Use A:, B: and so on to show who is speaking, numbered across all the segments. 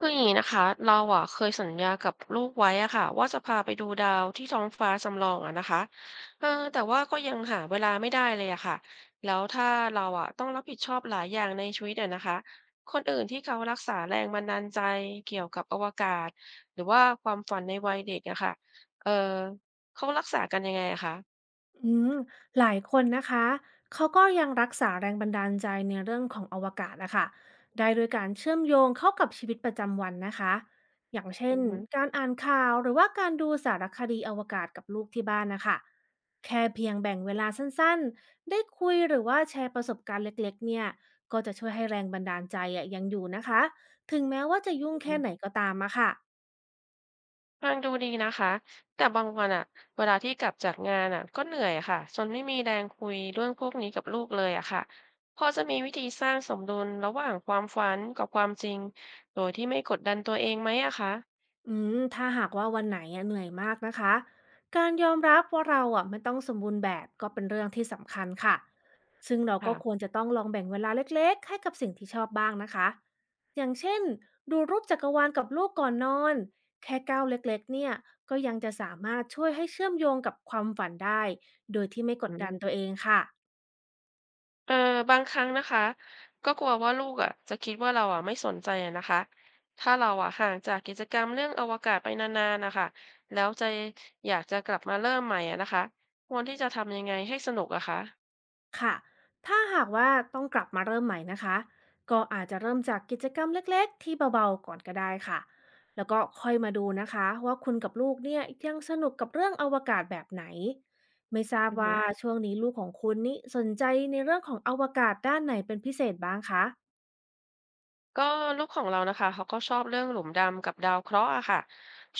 A: คืออย่างนี้นะคะเราอ่ะเคยสัญญากับลูกไว้อะค่ะว่าจะพาไปดูดาวที่ท้องฟ้าจำลองอะนะคะเออแต่ว่าก็ยังหาเวลาไม่ได้เลยอะค่ะแล้วถ้าเราอะต้องรับผิดชอบหลายอย่างในชีวิตอะนะคะคนอื่นที่เขารักษาแรงบันดาลใจเกี่ยวกับอวกาศหรือว่าความฝันในวัยเด็กอะค่ะเออเขารักษากันยังไงอะคะ
B: อืมหลายคนนะคะเขาก็ยังรักษาแรงบันดาลใจในเรื่องของอวกาศนะคะได้โดยการเชื่อมโยงเข้ากับชีวิตประจำวันนะคะอย่างเช่
A: อื
B: น
A: อฮึ
B: การอ่านข่าวหรือว่าการดูสารคดีอวกาศกับลูกที่บ้านนะคะแค่เพียงแบ่งเวลาสั้นๆได้คุยหรือว่าแชร์ประสบการณ์เล็กๆเนี่ยก็จะช่วยให้แรงบันดาลใจอะยังอยู่นะคะถึงแม้ว่าจะยุ่งแค่ไหนก็ตามอะค่ะ
A: ฟังดูดีนะคะ แต่บางวันอะเวลาที่กลับจากงานอะก็เหนื่อยอะค่ะจนไม่มีแรงคุยเรื่องพวกนี้กับลูกเลยอะค่ะพอจะมีวิธีสร้างสมดุลระหว่างความฝันกับความจริงโดยที่ไม่กดดันตัวเองไหมอะคะ
B: ถ้าหากว่าวันไหนอะเหนื่อยมากนะคะการยอมรับว่าเราอ่ะไม่ต้องสมบูรณ์แบบก็เป็นเรื่องที่สำคัญค่ะ ซึ่งเราก็คว
A: ค่ะ
B: รจะต้องลองแบ่งเวลาเล็กๆให้กับสิ่งที่ชอบบ้างนะคะ อย่างเช่นดูรูปจักรวาลกับลูกก่อนนอนแค่ก้าวเล็กๆเนี่ยก็ยังจะสามารถช่วยให้เชื่อมโยงกับความฝันได้โดยที่ไม่ก
A: อื
B: ดดัน
A: ม
B: ตัวเองค่ะ
A: เออบางครั้งนะคะก็กลัวว่าลูกอะจะคิดว่าเราอะไม่สนใจอะนะคะถ้าเราอะห่างจากกิจกรรมเรื่องอวกาศไปนานๆนะคะแล้วจะอยากจะกลับมาเริ่มใหม่อะนะคะควรที่จะทำยังไงให้สนุกอะคะ
B: ค่ะถ้าหากว่าต้องกลับมาเริ่มใหม่นะคะ ก็อาจจะเริ่มจากกิจกรรมเล็กๆที่เบาๆก่อนก็ได้ค่ะ แล้วก็ค่อยมาดูนะคะว่าคุณกับลูกเนี่ยยังสนุกกับเรื่องอวกาศแบบไหน ไม่ทราบ
A: อือฮึ
B: ว่าช่วงนี้ลูกของคุณนี่สนใจในเรื่องของอวกาศด้านไหนเป็นพิเศษบ้างคะ
A: ก็ลูกของเรานะคะเขาก็ชอบเรื่องหลุมดำกับดาวเคราะห์อะค่ะ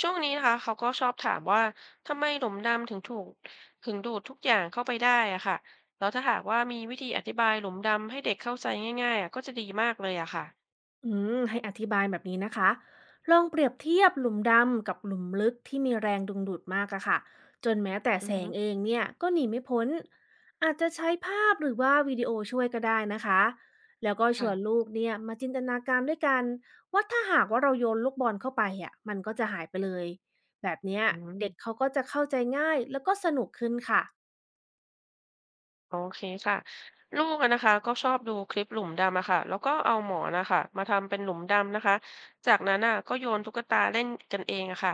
A: ช่วงนี้นะคะเขาก็ชอบถามว่าทำไมหลุมดำถึงถูกถึงดูดทุกอย่างเข้าไปได้อะค่ะแล้วถ้าหากว่ามีวิธีอธิบายหลุมดำให้เด็กเข้าใจง่ายๆอะก็จะดีมากเลยอะค่ะ
B: ให้อธิบายแบบนี้นะคะ ลองเปรียบเทียบหลุมดำกับหลุมลึกที่มีแรงดึงดูดมากอะค่ะ จนแม้แต่
A: อื
B: แส
A: อฮึ
B: งเองเนี่ยก็หนีไม่พ้น อาจจะใช้ภาพหรือว่าวิดีโอช่วยก็ได้นะคะ แล้วก็ชวน
A: ค่ะ
B: ลูกเนี่ยมาจินตนาการด้วยกันว่าถ้าหากว่าเราโยนลูกบอลเข้าไปอะมันก็จะหายไปเลยแบบเนี้ย
A: อื
B: เด็ก
A: ม
B: เขาก็จะเข้าใจง่ายแล้วก็สนุกขึ้นค่ะ
A: โอเคค่ะลูกอะนะคะก็ชอบดูคลิปหลุมดำอะค่ะแล้วก็เอาหมอนนะคะมาทำเป็นหลุมดำนะคะจากนั้นน่ะก็โยนตุ๊กตาเล่นกันเองอะค่ะ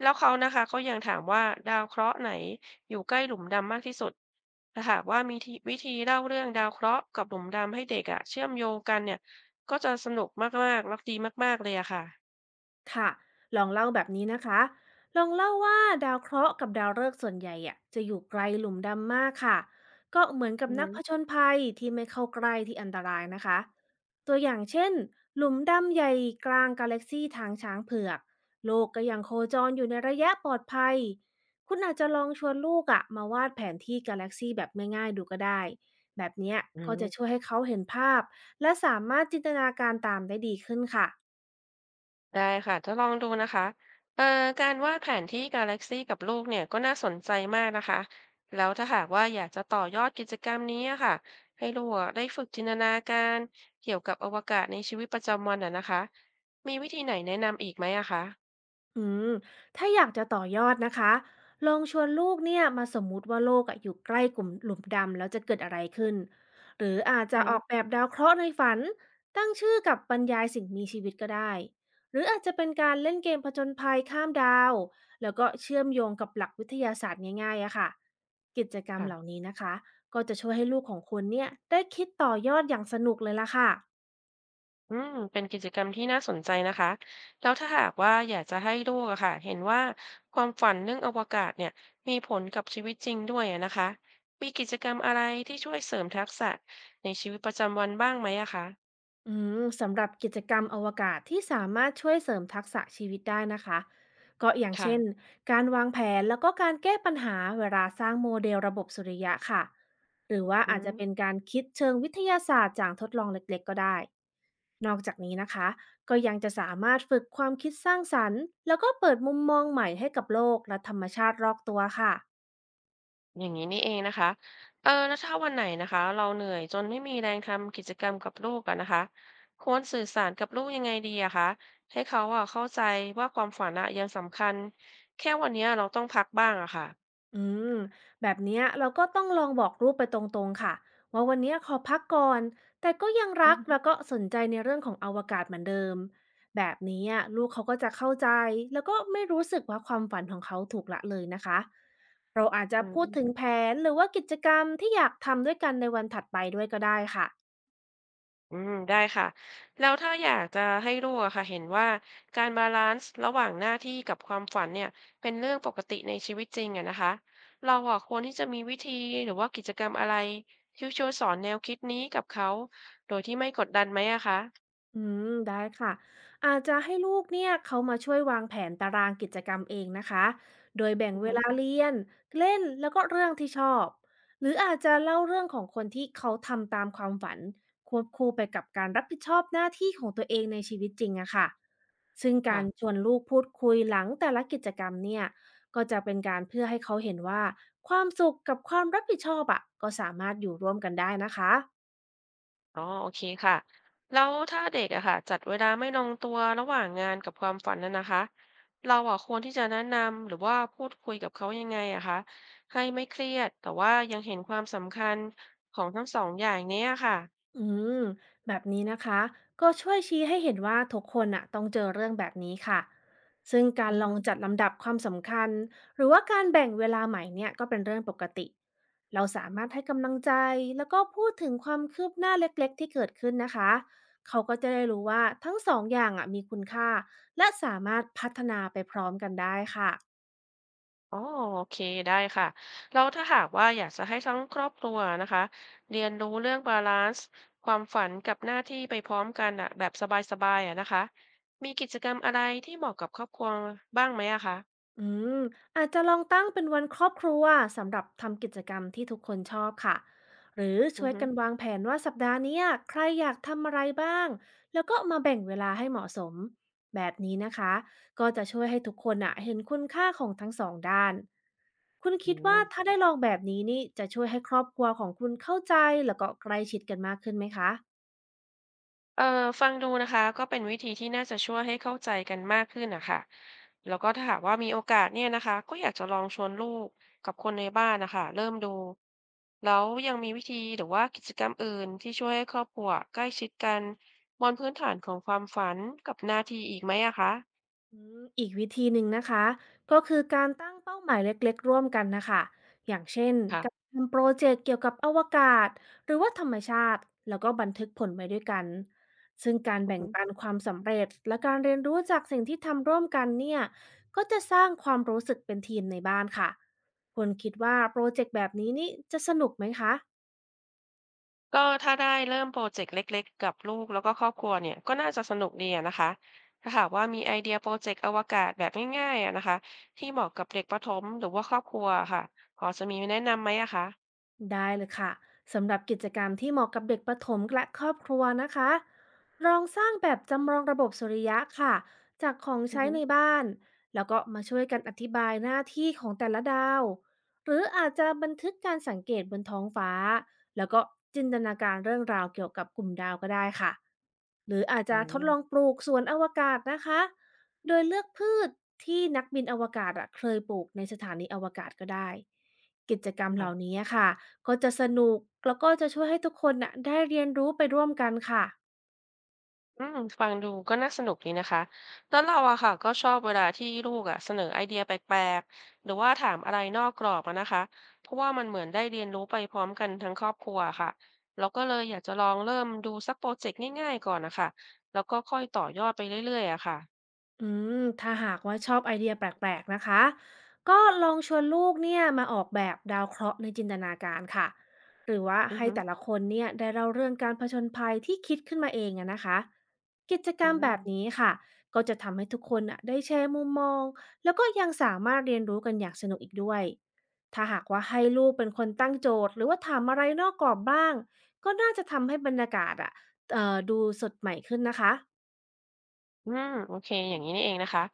A: แล้วเขานะคะก็ยังถามว่าดาวเคราะห์ไหนอยู่ใกล้หลุมดำมากที่สุดถ้าหากว่ามีทีวิธีเล่าเรื่องดาวเคราะห์กับหลุมดำให้เด็กอะเชื่อมโยงกันเนี่ยก็จะสนุกมากๆแล้วดีมากๆเลยอะค่ะ
B: ค่ะลองเล่าแบบนี้นะคะ ลองเล่าว่าดาวเคราะห์กับดาวฤกษ์ส่วนใหญ่อะจะอยู่ไกลหลุมดำมากค่ะก็เหมือนกั
A: อื
B: บนักผ
A: ม
B: จญภัยที่ไม่เข้าใกล้ที่อันตรายนะคะตัวอย่างเช่นหลุมดำใหญ่กลางกาแล็กซีทางช้างเผือกโลกก็ยังโคจรอยู่ในระยะปลอดภัยคุณอาจจะลองชวนลูกอะมาวาดแผนที่กาแล็กซีแบบง่ายๆดูก็ได้แบบเนี้ย
A: อหือ
B: ก็
A: อื
B: จะช่ว
A: ม
B: ยให้เขาเห็นภาพและสามารถจินตนาการตามได้ดีขึ้นค่ะ
A: ได้ค่ะจะลองดูนะคะเอ่อการวาดแผนที่กาแล็กซีกับลูกเนี่ยก็น่าสนใจมากนะคะ แล้วถ้าหากว่าอยากจะต่อยอดกิจกรรมนี้อะค่ะ ให้ลูกอะได้ฝึกจินตนาการเกี่ยวกับอวกาศในชีวิตประจำวันอ่ะนะคะ มีวิธีไหนแนะนำอีกไหมอะคะ
B: อืมถ้าอยากจะต่อยอดนะคะลองชวนลูกเนี่ยมาสมมุติว่าโลกอะอยู่ใกล้กลุ่มหลุมดำแล้วจะเกิดอะไรขึ้นหรืออาจ
A: อื
B: จะออ
A: ม
B: กแบบดาวเคราะห์ในฝันตั้งชื่อกับบรรยายสิ่งมีชีวิตก็ได้หรืออาจจะเป็นการเล่นเกมผจญภัยข้ามดาวแล้วก็เชื่อมโยงกับหลักวิทยาศาสตร์ง่ายๆอะค่ะกิจกรรมเหล่า
A: ค่ะ
B: นี้นะคะก็จะช่วยให้ลูกของคุณเนี่ยได้คิดต่อยอดอย่างสนุกเลยล่ะค่ะ
A: เป็นกิจกรรมที่น่าสนใจนะคะแล้วถ้าหากว่าอยากจะให้ลูกอะค่ะเห็นว่าความฝันเรื่องอวกาศเนี่ยมีผลกับชีวิตจริงด้วยอะนะคะมีกิจกรรมอะไรที่ช่วยเสริมทักษะในชีวิตประจำวันบ้างไหมอะคะ
B: อืสำหรับกิจกรรมอวกาศที่สามารถช่วยเสริมทักษะชีวิตได้นะคะก็อย่าง
A: ค่ะ
B: เช่นการวางแผนแล้วก็การแก้ปัญหาเวลาสร้างโมเดลระบบสุริยะค่ะหรือว่า
A: อื
B: อาจ
A: ม
B: จะเป็นการคิดเชิงวิทยาศาสตร์จากทดลองเล็กๆก็ได้นอกจากนี้นะคะก็ยังจะสามารถฝึกความคิดสร้างสรรค์แล้วก็เปิดมุมมองใหม่ให้กับโลกและธรรมชาติรอบตัวค่ะ
A: อย่างนี้นี่เองนะคะแล้วถ้าวันไหนนะคะเราเหนื่อยจนไม่มีแรงทำกิจกรรมกับลูกอะนะคะควรสื่อสารกับลูกยังไงดีอะคะให้เขาอะเข้าใจว่าความฝันอะยังสำคัญแค่วันเนี้ยเราต้องพักบ้างอะค่ะ
B: อืมแบบเนี้ยเราก็ต้องลองบอกลูกไปตรงๆค่ะว่าวันเนี้ยขอพักก่อนแต่ก็ยังรักแล้วก็สนใจในเรื่องของอวกาศเหมือนเดิมแบบนี้อะลูกเขาก็จะเข้าใจแล้วก็ไม่รู้สึกว่าความฝันของเขาถูกละเลยนะคะเราอาจจะ
A: อื
B: พูดถึง
A: ม
B: แผนหรือว่ากิจกรรมที่อยากทำด้วยกันในวันถัดไปด้วยก็ได้ค่ะ
A: อืม ได้ค่ะ แล้วถ้าอยากจะให้ลูกอะค่ะเห็นว่าการบาลันซ์ระหว่างหน้าที่กับความฝันเนี่ยเป็นเรื่องปกติในชีวิตจริงอะนะคะ เราอะควรที่จะมีวิธีหรือว่ากิจกรรมอะไรที่ช่วยสอนแนวคิดนี้กับเขาโดยที่ไม่กดดันไหมอะคะ
B: อืได้ค่ะอาจจะให้ลูกเนี่ยเขามาช่วยวางแผนตารางกิจกรรมเองนะคะโดยแบ่ง
A: อือ
B: เว
A: ฮึ
B: ลาเรียนเล่นแล้วก็เรื่องที่ชอบหรืออาจจะเล่าเรื่องของคนที่เขาทำตามความฝันควบคู่ไปกับการรับผิดชอบหน้าที่ของตัวเองในชีวิตจริงอะค่ะซึ่งกา
A: ค่ะ
B: รชวนลูกพูดคุยหลังแต่ละกิจกรรมเนี่ยก็จะเป็นการเพื่อให้เขาเห็นว่าความสุขกับความรับผิดชอบอะก็สามารถอยู่ร่วมกันได้นะคะ
A: อ๋อโอเคค่ะแล้วถ้าเด็กอะค่ะจัดเวลาไม่ลงตัวระหว่างงานกับความฝันนั้นนะคะเราอะควรที่จะแนะนำหรือว่าพูดคุยกับเขายังไงอะคะให้ไม่เครียดแต่ว่ายังเห็นความสำคัญของทั้งสองอย่างเนี้ยค่ะ
B: อืมแบบนี้นะคะก็ช่วยชี้ให้เห็นว่าทุกคนอะต้องเจอเรื่องแบบนี้ค่ะซึ่งการ
A: อือ
B: ลอ
A: ฮึ
B: งจัดลำดับความสำคัญหรือว่าการแบ่งเวลาใหม่เนี่ยก็เป็นเรื่องปกติเราสามารถให้กำลังใจแล้วก็พูดถึงความคืบหน้าเล็กๆที่เกิดขึ้นนะคะเขาก็จะได้รู้ว่าทั้งสองอย่างอะมีคุณค่าและสามารถพัฒนาไปพร้อมกันได้ค่ะ
A: อ๋อโอเคได้ค่ะแล้วถ้าหากว่าอยากจะให้ทั้งครอบครัวนะคะเรียนรู้เรื่องบาลานซ์ความฝันกับหน้าที่ไปพร้อมกันอะแบบสบายๆอะนะคะมีกิจกรรมอะไรที่เหมาะกับครอบครัวบ้างไหมอะคะ
B: อืมอาจจะลองตั้งเป็นวันครอบครัวสำหรับทำกิจกรรมที่ทุกคนชอบค่ะหรือ
A: อื
B: ช่
A: อ
B: วย
A: ฮึ
B: กันวางแผนว่าสัปดาห์เนี้ยใครอยากทำอะไรบ้างแล้วก็มาแบ่งเวลาให้เหมาะสมแบบนี้นะคะก็จะช่วยให้ทุกคนอะเห็นคุณค่าของทั้งสองด้านคุณ
A: อื
B: คิด
A: ม
B: ว่าถ้าได้ลองแบบนี้นี่จะช่วยให้ครอบครัวของคุณเข้าใจแล้วก็ใกล้ชิดกันมากขึ้นไหมคะ
A: เออฟังดูนะคะก็เป็นวิธีที่น่าจะช่วยให้เข้าใจกันมากขึ้นนะคะแล้วก็ถ้าหากว่ามีโอกาสเนี่ยนะคะก็อยากจะลองชวนลูกกับคนในบ้านนะคะเริ่มดูแล้วยังมีวิธีหรือว่ากิจกรรมอื่นที่ช่วยให้ครอบครัวใกล้ชิดกันบนพื้นฐานของความฝันกับหน้าที่อีกไหมอะคะ
B: อืมอีกวิธีหนึ่งนะคะก็คือการตั้งเป้าหมายเล็กๆร่วมกันนะคะอย่างเช่น
A: ค่ะ
B: การทำโปรเจกต์เกี่ยวกับอวกาศหรือว่าธรรมชาติแล้วก็บันทึกผลไว้ด้วยกันซึ่งการแบ่งปันความสำเร็จและการเรียนรู้จากสิ่งที่ทำร่วมกันเนี่ยก็จะสร้างความรู้สึกเป็นทีมในบ้านค่ะคุณคิดว่าโปรเจกต์แบบนี้นี่จะสนุกไหมคะ
A: ก็ถ้าได้เริ่มโปรเจกต์เล็กๆกับลูกแล้วก็ครอบครัวเนี่ยก็น่าจะสนุกดีอะนะคะถ้าหากว่ามีไอเดียโปรเจกต์อวกาศแบบง่ายๆอะนะคะที่เหมาะกับเด็กประถมหรือว่าครอบครัวค่ะพอจะมีแนะนำไหมอะคะ
B: ได้เลยค่ะสำหรับกิจกรรมที่เหมาะกับเด็กประถมและครอบครัวนะคะลองสร้างแบบจำลองระบบสุริยะค่ะจากของ
A: อือ
B: ใช้
A: ฮึ
B: ในบ้านแล้วก็มาช่วยกันอธิบายหน้าที่ของแต่ละดาวหรืออาจจะบันทึกการสังเกตบนท้องฟ้าแล้วก็จินตนาการเรื่องราวเกี่ยวกับกลุ่มดาวก็ได้ค่ะหรืออาจ
A: อื
B: จะทดลอง
A: ม
B: ปลูกสวนอวกาศนะคะโดยเลือกพืชที่นักบินอวกาศอะเคยปลูกในสถานีอวกาศก็ได้กิจกรรมเหล่า
A: ค่ะ
B: นี้ค่ะ ก็จะสนุกแล้วก็จะช่วยให้ทุกคนน่ะได้เรียนรู้ไปร่วมกันค่ะ
A: ฟังดูก็น่าสนุกดีนะคะแล้วเราอะค่ะก็ชอบเวลาที่ลูกอะเสนอไอเดียแปลกๆหรือว่าถามอะไรนอกกรอบอะนะคะเพราะว่ามันเหมือนได้เรียนรู้ไปพร้อมกันทั้งครอบครัวค่ะเราก็เลยอยากจะลองเริ่มดูสักโปรเจกต์ง่ายๆก่อนนะคะแล้วก็ค่อยต่อยอดไปเรื่อยๆอะค่ะ
B: อืมถ้าหากว่าชอบไอเดียแปลกๆนะคะก็ลองชวนลูกเนี่ยมาออกแบบดาวเคราะห์ในจินตนาการค่ะหรือว่า
A: อือ
B: ให้
A: ฮึ
B: แต่ละคนเนี่ยได้เล่าเรื่องการผจญภัยที่คิดขึ้นมาเองอะนะคะกิจกร
A: อื
B: รมแบ
A: ม
B: บนี้ค่ะก็จะทำให้ทุกคนอะได้แชร์มุมมองแล้วก็ยังสามารถเรียนรู้กันอย่างสนุกอีกด้วยถ้าหากว่าให้ลูกเป็นคนตั้งโจทย์หรือว่าถามอะไรนอกกรอบบ้างก็น่าจะทำให้บรรยากาศอะดูสดใหม่ขึ้นนะคะ
A: อืมโอเคอย่างนี้นี่เองนะคะ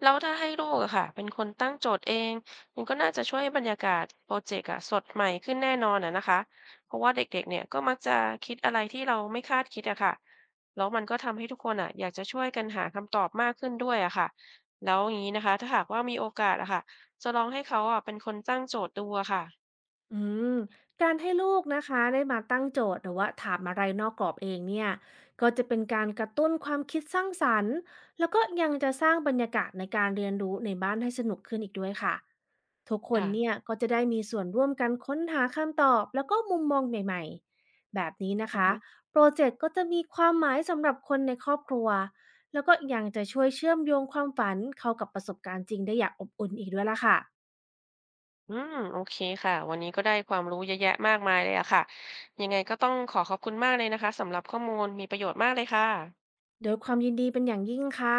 A: แล้วถ้าให้ลูกอะค่ะเป็นคนตั้งโจทย์เองมันก็น่าจะช่วยให้บรรยากาศโปรเจกต์อะสดใหม่ขึ้นแน่นอนอะนะคะเพราะว่าเด็กๆเนี่ยก็มักจะคิดอะไรที่เราไม่คาดคิดอะค่ะแล้วมันก็ทำให้ทุกคนอะอยากจะช่วยกันหาคำตอบมากขึ้นด้วยอะค่ะแล้วอย่างนี้นะคะถ้าหากว่ามีโอกาสอะค่ะจะลองให้เขาอะเป็นคนตั้งโจทย์ดูอะค่ะ
B: อืมการให้ลูกนะคะได้มาตั้งโจทย์หรือว่าถามอะไรนอกกรอบเองเนี่ยก็จะเป็นการกระตุ้นความคิดสร้างสรรค์แล้วก็ยังจะสร้างบรรยากาศในการเรียนรู้ในบ้านให้สนุกขึ้นอีกด้วยค่ะทุกคน
A: ค่ะ
B: เนี่ยก็จะได้มีส่วนร่วมกันค้นหาคำตอบแล้วก็มุมมองใหม่ๆแบบนี้นะคะโปรเจกต์ก็จะมีความหมายสำหรับคนในครอบครัวแล้วก็ยังจะช่วยเชื่อมโยงความฝันเข้ากับประสบการณ์จริงได้อย่างอบอุ่นอีกด้วยล่ะค่ะ
A: อืมโอเคค่ะวันนี้ก็ได้ความรู้เยอะแยะมากมายเลยอะค่ะยังไงก็ต้องขอขอบคุณมากเลยนะคะสำหรับข้อมูลมีประโยชน์มากเลยค่ะ
B: โดยความยินดีเป็นอย่างยิ่งค่ะ